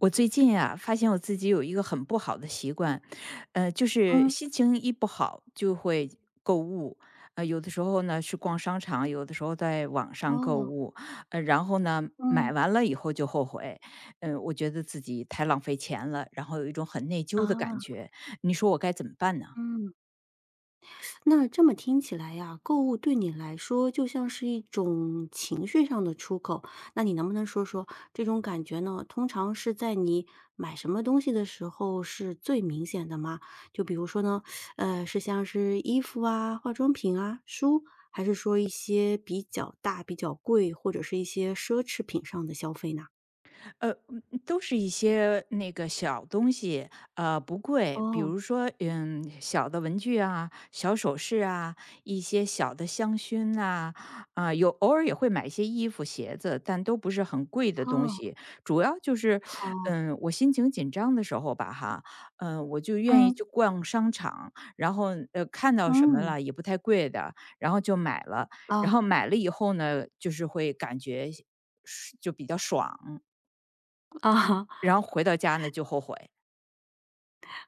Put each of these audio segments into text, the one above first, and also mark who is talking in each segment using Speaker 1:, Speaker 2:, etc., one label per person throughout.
Speaker 1: 我最近啊，发现我自己有一个很不好的习惯，就是
Speaker 2: 嗯，
Speaker 1: 心情一不好就会购物，有的时候呢是逛商场，有的时候在网上购
Speaker 2: 哦，
Speaker 1: 物，然后买
Speaker 2: 嗯，
Speaker 1: 完了以后就后悔，我觉得自己太浪费钱了，然后有一种很内疚的
Speaker 2: 啊，
Speaker 1: 感觉，你说我该怎么办呢？
Speaker 2: 嗯，那这么听起来呀，购物对你来说就像是一种情绪上的出口。那你能不能说说这种感觉呢？通常是在你买什么东西的时候是最明显的吗？就比如说呢，是像是衣服啊、化妆品啊、书，还是说一些比较大、比较贵，或者是一些奢侈品上的消费呢？
Speaker 1: 都是一些那个小东西，不贵，比
Speaker 2: 哦，
Speaker 1: 如说，小的文具啊，小首饰啊，一些小的香薰呐、啊，有偶尔也会买一些衣服、鞋子，但都不是很贵的东
Speaker 2: 哦，
Speaker 1: 西。主要就是，
Speaker 2: 好，
Speaker 1: 嗯，我心情紧张的时候吧，哈，嗯，我就愿意
Speaker 2: 嗯
Speaker 1: 去逛商场，然后看到什么
Speaker 2: 嗯，
Speaker 1: 了也不太贵的，然后就买了，
Speaker 2: 啊
Speaker 1: 然后买了以后呢，就是会感觉是就比较爽，
Speaker 2: 啊，
Speaker 1: 然后回到家呢就后悔。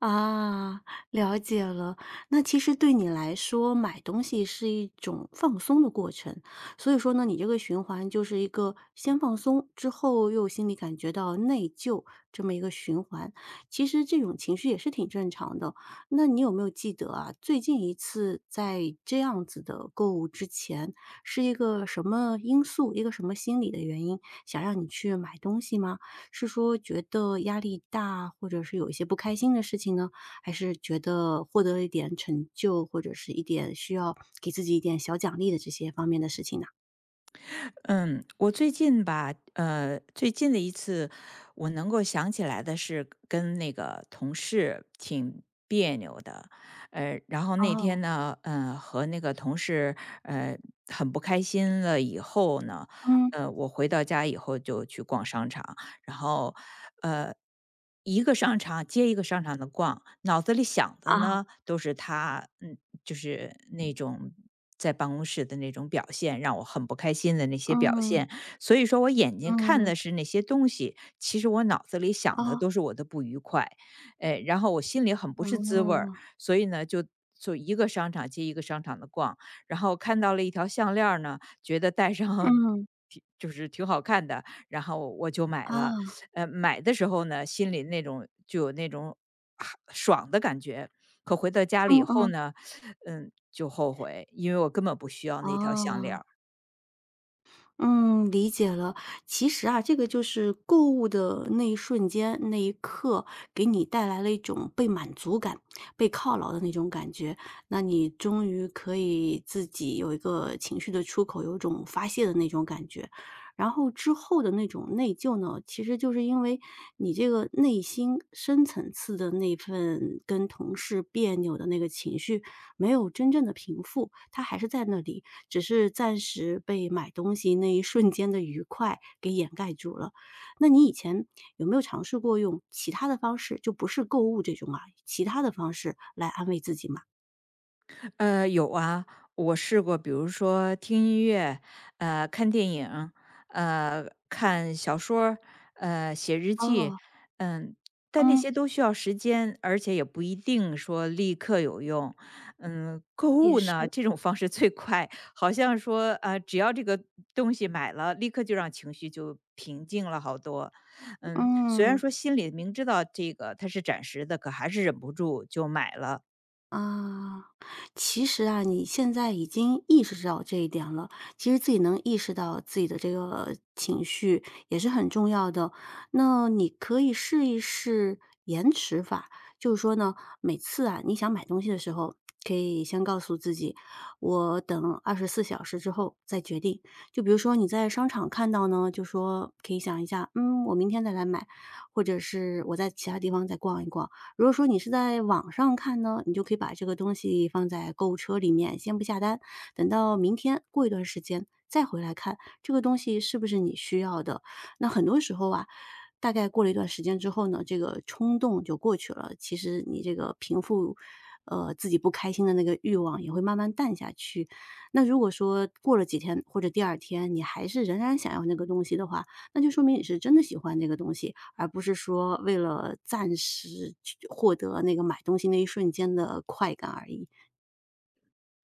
Speaker 2: 啊，了解了。那其实对你来说，买东西是一种放松的过程，所以说呢，你这个循环就是一个先放松，之后又心里感觉到内疚这么一个循环。其实这种情绪也是挺正常的。那你有没有记得啊，最近一次在这样子的购物之前，是一个什么因素，一个什么心理的原因，想让你去买东西吗？是说觉得压力大，或者是有一些不开心的事情呢？还是觉得获得了一点成就，或者是一点需要给自己一点小奖励的这些方面的事情呢？
Speaker 1: 嗯，我最近吧，最近的一次我能够想起来的是跟那个同事挺别扭的，然后那
Speaker 2: 哦，
Speaker 1: 天呢，和那个同事呃很不开心了以后呢，
Speaker 2: 嗯，
Speaker 1: 我回到家以后就去逛商场，然后呃，一个商场接一个商场的逛，脑子里想
Speaker 2: 啊，
Speaker 1: 的呢都是他，嗯，就是那种在办公室的那种表现，让我很不开心的那些表
Speaker 2: 嗯，
Speaker 1: 现。所以说我眼睛看
Speaker 2: 嗯，
Speaker 1: 的是那些东西，其实我脑子里想的
Speaker 2: 哦，
Speaker 1: 都是我的不愉快，哎，然后我心里很不是滋味儿，
Speaker 2: 哦，
Speaker 1: 所以呢就。就一个商场接一个商场的逛，然后看到了一条项链儿呢，觉得戴上
Speaker 2: 嗯，
Speaker 1: 挺就是挺好看的，然后我就买了。
Speaker 2: 啊，
Speaker 1: 买的时候呢，心里那种就有那种啊爽的感觉，可回到家里
Speaker 2: 嗯
Speaker 1: 以后
Speaker 2: 嗯，
Speaker 1: 呢，嗯，就后悔，因为我根本不需要那条项链
Speaker 2: 哦。
Speaker 1: 儿。
Speaker 2: 嗯，理解了。其实啊，这个就是购物的那一瞬间、那一刻，给你带来了一种被满足感、被犒劳的那种感觉。那你终于可以自己有一个情绪的出口，有一种发泄的那种感觉。然后之后的那种内疚呢，其实就是因为你这个内心深层次的那份跟同事别扭的那个情绪，没有真正的平复，它还是在那里。只是暂时被买东西那一瞬间的愉快给掩盖住了。那你以前有没有尝试过用其他的方式，就不是购物这种啊，其他的方式来安慰自己嘛？
Speaker 1: 有啊，我试过，比如说听音乐，看电影，看小说儿写日记。
Speaker 2: 哦，
Speaker 1: 嗯，但这
Speaker 2: 嗯，
Speaker 1: 些都需要时间，而且也不一定说立刻有用。嗯，购
Speaker 2: 也
Speaker 1: 物呢，
Speaker 2: 是。
Speaker 1: 这种方式最快，好像说，只要这个东西买了，立刻就让情绪就平静了好多。嗯，虽然
Speaker 2: 嗯。
Speaker 1: 说心里明知道这个它是暂时的，可还是忍不住就买了。
Speaker 2: 啊，其实啊，你现在已经意识到这一点了。其实自己能意识到自己的这个情绪也是很重要的。那你可以试一试延迟法，就是说呢，每次啊你想买东西的时候，可以先告诉自己，我等24小时之后再决定。就比如说你在商场看到呢，就说可以想一下，嗯，我明天再来买，或者是我在其他地方再逛一逛。如果说你是在网上看呢，你就可以把这个东西放在购物车里面，先不下单，等到明天过一段时间再回来看这个东西是不是你需要的。那很多时候啊，大概过了一段时间之后呢，这个冲动就过去了。其实你这个平复，自己不开心的那个欲望也会慢慢淡下去。那如果说过了几天或者第二天，你还是仍然想要那个东西的话，那就说明你是真的喜欢那个东西。而不是说为了暂时去获得那个买东西那一瞬间的快感而已。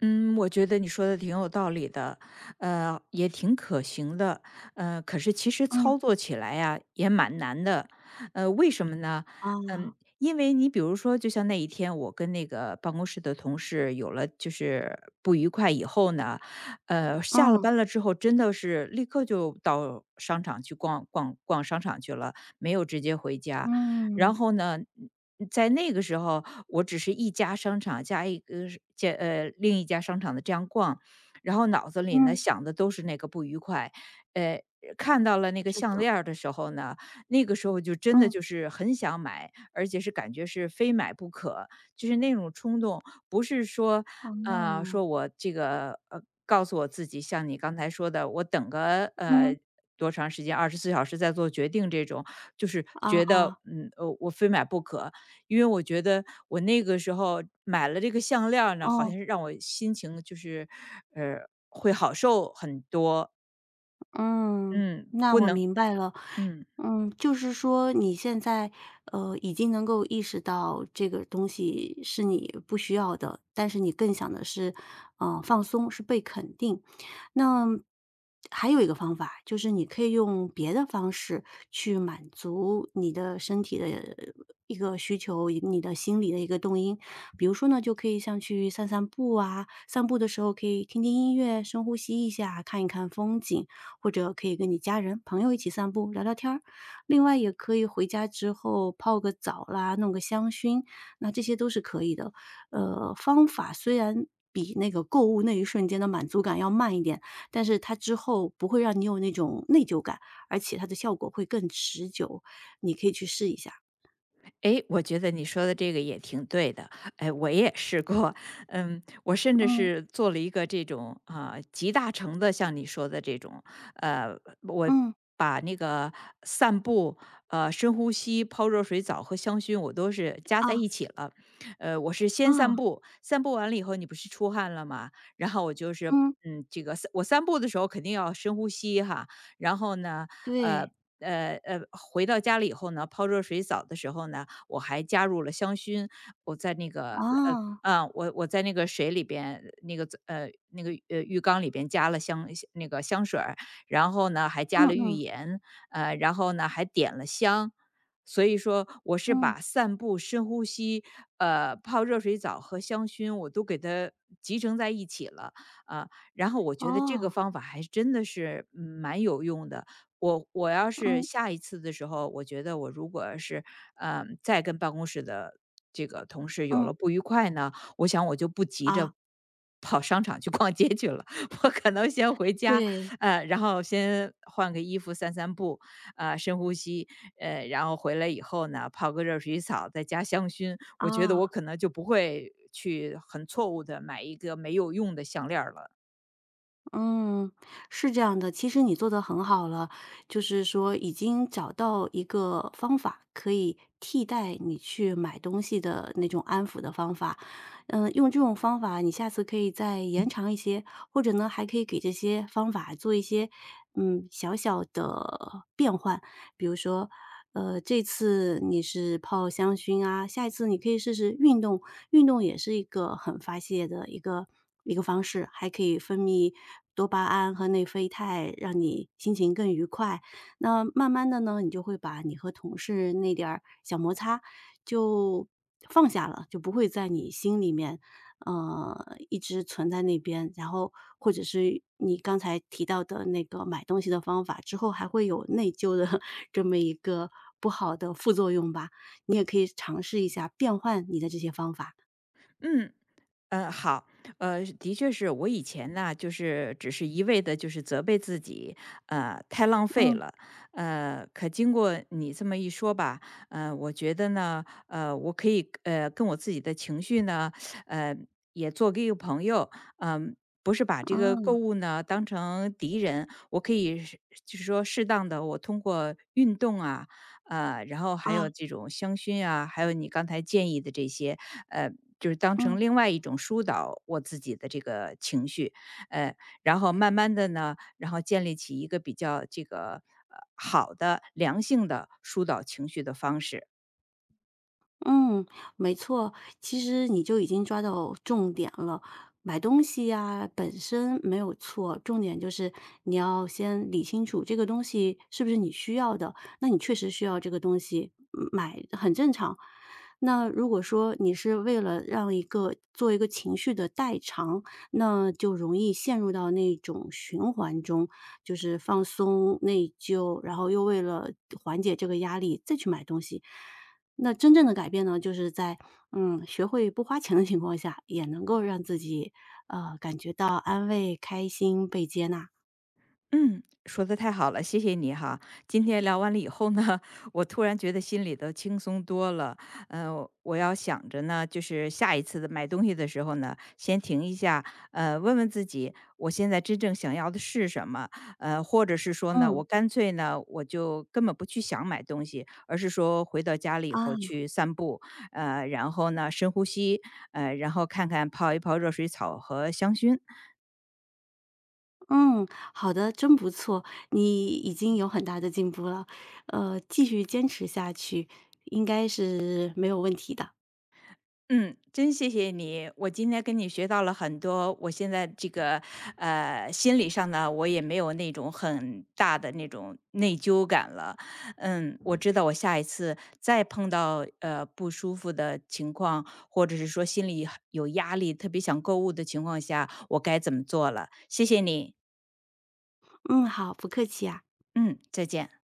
Speaker 1: 嗯，我觉得你说的挺有道理的，也挺可行的，可是其实
Speaker 2: 嗯，
Speaker 1: 操作起来呀，也蛮难的，为什么呢？
Speaker 2: 啊，
Speaker 1: 嗯，因为你比如说，就像那一天我跟那个办公室的同事有了就是不愉快以后呢，下了
Speaker 2: 嗯，
Speaker 1: 班了之后，真的是立刻就到商场去逛商场去了，没有直接回家。然
Speaker 2: 嗯，
Speaker 1: 后呢，在那个时候，我只是一家商场加一个是加呃，另一家商场的这样逛，然后脑子里呢
Speaker 2: 嗯，
Speaker 1: 想的都是那个不愉快。呃，看到了那个
Speaker 2: 是
Speaker 1: 项
Speaker 2: 的，
Speaker 1: 链儿的时候呢，那个时候就真的
Speaker 2: 嗯，
Speaker 1: 就是很想买，而且是感觉是非买不可，就是那种冲动，不是说，啊，
Speaker 2: 嗯
Speaker 1: 说我这个告诉我自己像你刚才说的，我等个，
Speaker 2: 嗯，
Speaker 1: 呃，多长时间24小时再做决定这种，就是
Speaker 2: 啊
Speaker 1: 觉得，
Speaker 2: 啊，
Speaker 1: 我非买不可。因为我觉得我那个时候买了这个项链儿呢，好像
Speaker 2: 哦，
Speaker 1: 是让我心情就是，呃，会好受很多。
Speaker 2: 嗯，
Speaker 1: 嗯，
Speaker 2: 那
Speaker 1: 不
Speaker 2: 我
Speaker 1: 能。
Speaker 2: 明白了。
Speaker 1: 嗯。
Speaker 2: 嗯，就是说你现在，已经能够意识到这个东西是你不需要的，但是你更想的是，放松，是被肯定。那还有一个方法，就是你可以用别的方式去满足你的身体的一个需求，你的心理的一个动因。比如说呢，就可以像去散散步啊，散步的时候可以听听音乐，深呼吸一下，看一看风景，或者可以跟你家人、朋友一起散步，聊聊天儿。另外，也可以回家之后泡个澡啦，弄个香薰，那这些都是可以的。方法虽然比那个购物那一瞬间的满足感要慢一点，但是它之后不会让你有那种内疚感，而且它的效果会更持久，你可以去试一下。
Speaker 1: 诶，我觉得你说的这个也挺对的。哎，我也试过，嗯，我甚至
Speaker 2: 嗯，
Speaker 1: 是做了一个这种啊、集大成的，像你说的这种，呃，我
Speaker 2: 嗯，
Speaker 1: 把那个散步、深呼吸、泡热水澡和香薰，我都是加在
Speaker 2: 啊，
Speaker 1: 一起了。我是先散
Speaker 2: 啊，
Speaker 1: 步，散步完了以后，你不是出汗了吗？然后我就是。
Speaker 2: 嗯，
Speaker 1: 嗯，这个散步的时候肯定要深呼吸哈，然后呢，呃，
Speaker 2: 对，
Speaker 1: 回到家里以后呢，泡热水澡的时候呢，我还加入了香薰。我在那个
Speaker 2: 哦，
Speaker 1: 啊，我在那个水里边，那个浴缸里边加了那个香水儿，然后呢还加
Speaker 2: 嗯
Speaker 1: 了浴
Speaker 2: 嗯，
Speaker 1: 盐，然后呢还点了香。所以说，我是
Speaker 2: 嗯，
Speaker 1: 把散步、深呼吸、泡热水澡和香薰，我都给它集成在一起了。啊、然后我觉得这个
Speaker 2: 哦，
Speaker 1: 方法还真的是蛮有用的，我要是
Speaker 2: 嗯，
Speaker 1: 下一次的时候，我觉得我如果是，嗯，再跟办公室的这个同事有
Speaker 2: 嗯，
Speaker 1: 了不愉快呢，我想我就
Speaker 2: 啊，对，啊嗯对啊嗯嗯嗯哦嗯嗯
Speaker 1: 不急
Speaker 2: 啊
Speaker 1: 着跑商场去逛街去了，我可能先回家，
Speaker 2: 对
Speaker 1: 然后先换个衣服散散步，深呼吸，然后回来以后呢，泡个热水澡，再加香薰，我觉得我
Speaker 2: 啊
Speaker 1: 可能就不会去很错误的买一个没有用的项链儿了。
Speaker 2: 嗯，是这样的，其实你做的很好了，就是说已经找到一个方法可以替代你去买东西的那种安抚的方法。嗯，用这种方法，你下次可以再延长一些，或者呢，还可以给这些方法做一些嗯小小的变换，比如说，这次你是泡香薰啊，下一次你可以试试运动，运动也是一个很发泄的一个方式，还可以分泌多巴胺和内啡肽，让你心情更愉快。那慢慢的呢，你就会把你和同事那点儿小摩擦就放下了，就不会在你心里面呃，一直存在那边。然后或者是你刚才提到的那个买东西的方法，之后还会有内疚的 这么一个不好的副作用吧。你也可以尝试一下变换你的这些方法。
Speaker 1: 嗯。嗯，好，的确是我以前呢，就是只是一味的，就是责备自己，太浪费
Speaker 2: 嗯，
Speaker 1: 了，可经过你这么一说吧，我觉得呢，我可以，跟我自己的情绪呢，呃，也做一个朋友，嗯、不是把这个购
Speaker 2: 嗯，
Speaker 1: 物呢当成敌人，我可以是就是说适当的，我通过运动啊，然后还有
Speaker 2: 啊，
Speaker 1: 这种香薰啊，还有你刚才建议的这些，呃，就是当
Speaker 2: 嗯。
Speaker 1: 成另外一种疏导我自己的这个情绪，呃，然后慢慢的呢，然后建立起一个比较这个好的良性的疏导情绪的方式。
Speaker 2: 嗯，没错，其实你就已经抓到重点了。买东西呀，本身没有错，重点就是你要先理清楚这个东西是不是你需要的，那你确实需要这个东西，嗯买很正常。那如果说你是为了让一个做一个情绪的代偿，那就容易陷入到那种循环中，就是放松、内疚，然后又为了缓解这个压力再去买东西。那真正的改变呢，就是在，嗯，学会不花钱的情况下，也能够让自己，感觉到安慰、开心、被接纳。
Speaker 1: 嗯，说的太好了，谢谢你哈。今天聊完了以后呢，我突然觉得心里头轻松多了。嗯，我要想着呢，就是下一次的买东西的时候呢，先停一下，问问自己，我现在真正想要的是什么？或者是说呢，
Speaker 2: 嗯，
Speaker 1: 我干脆呢，我就根本不去想买东西，而是说回到家里以
Speaker 2: 啊，
Speaker 1: 后去散步，然后呢，深呼吸，然后看看泡一泡热水澡和香薰。
Speaker 2: 嗯，好的，真不错，你已经有很大的进步了，继续坚持下去，应该是没有问题的。
Speaker 1: 嗯，真谢谢你，我今天跟你学到了很多。我现在这个心理上呢，我也没有那种很大的那种内疚感了。嗯，我知道我下一次再碰到不舒服的情况，或者是说心里很有压力，特别想购物的情况下，我该怎么做了。谢谢你，
Speaker 2: 嗯，好，不客气啊。
Speaker 1: 嗯，再见。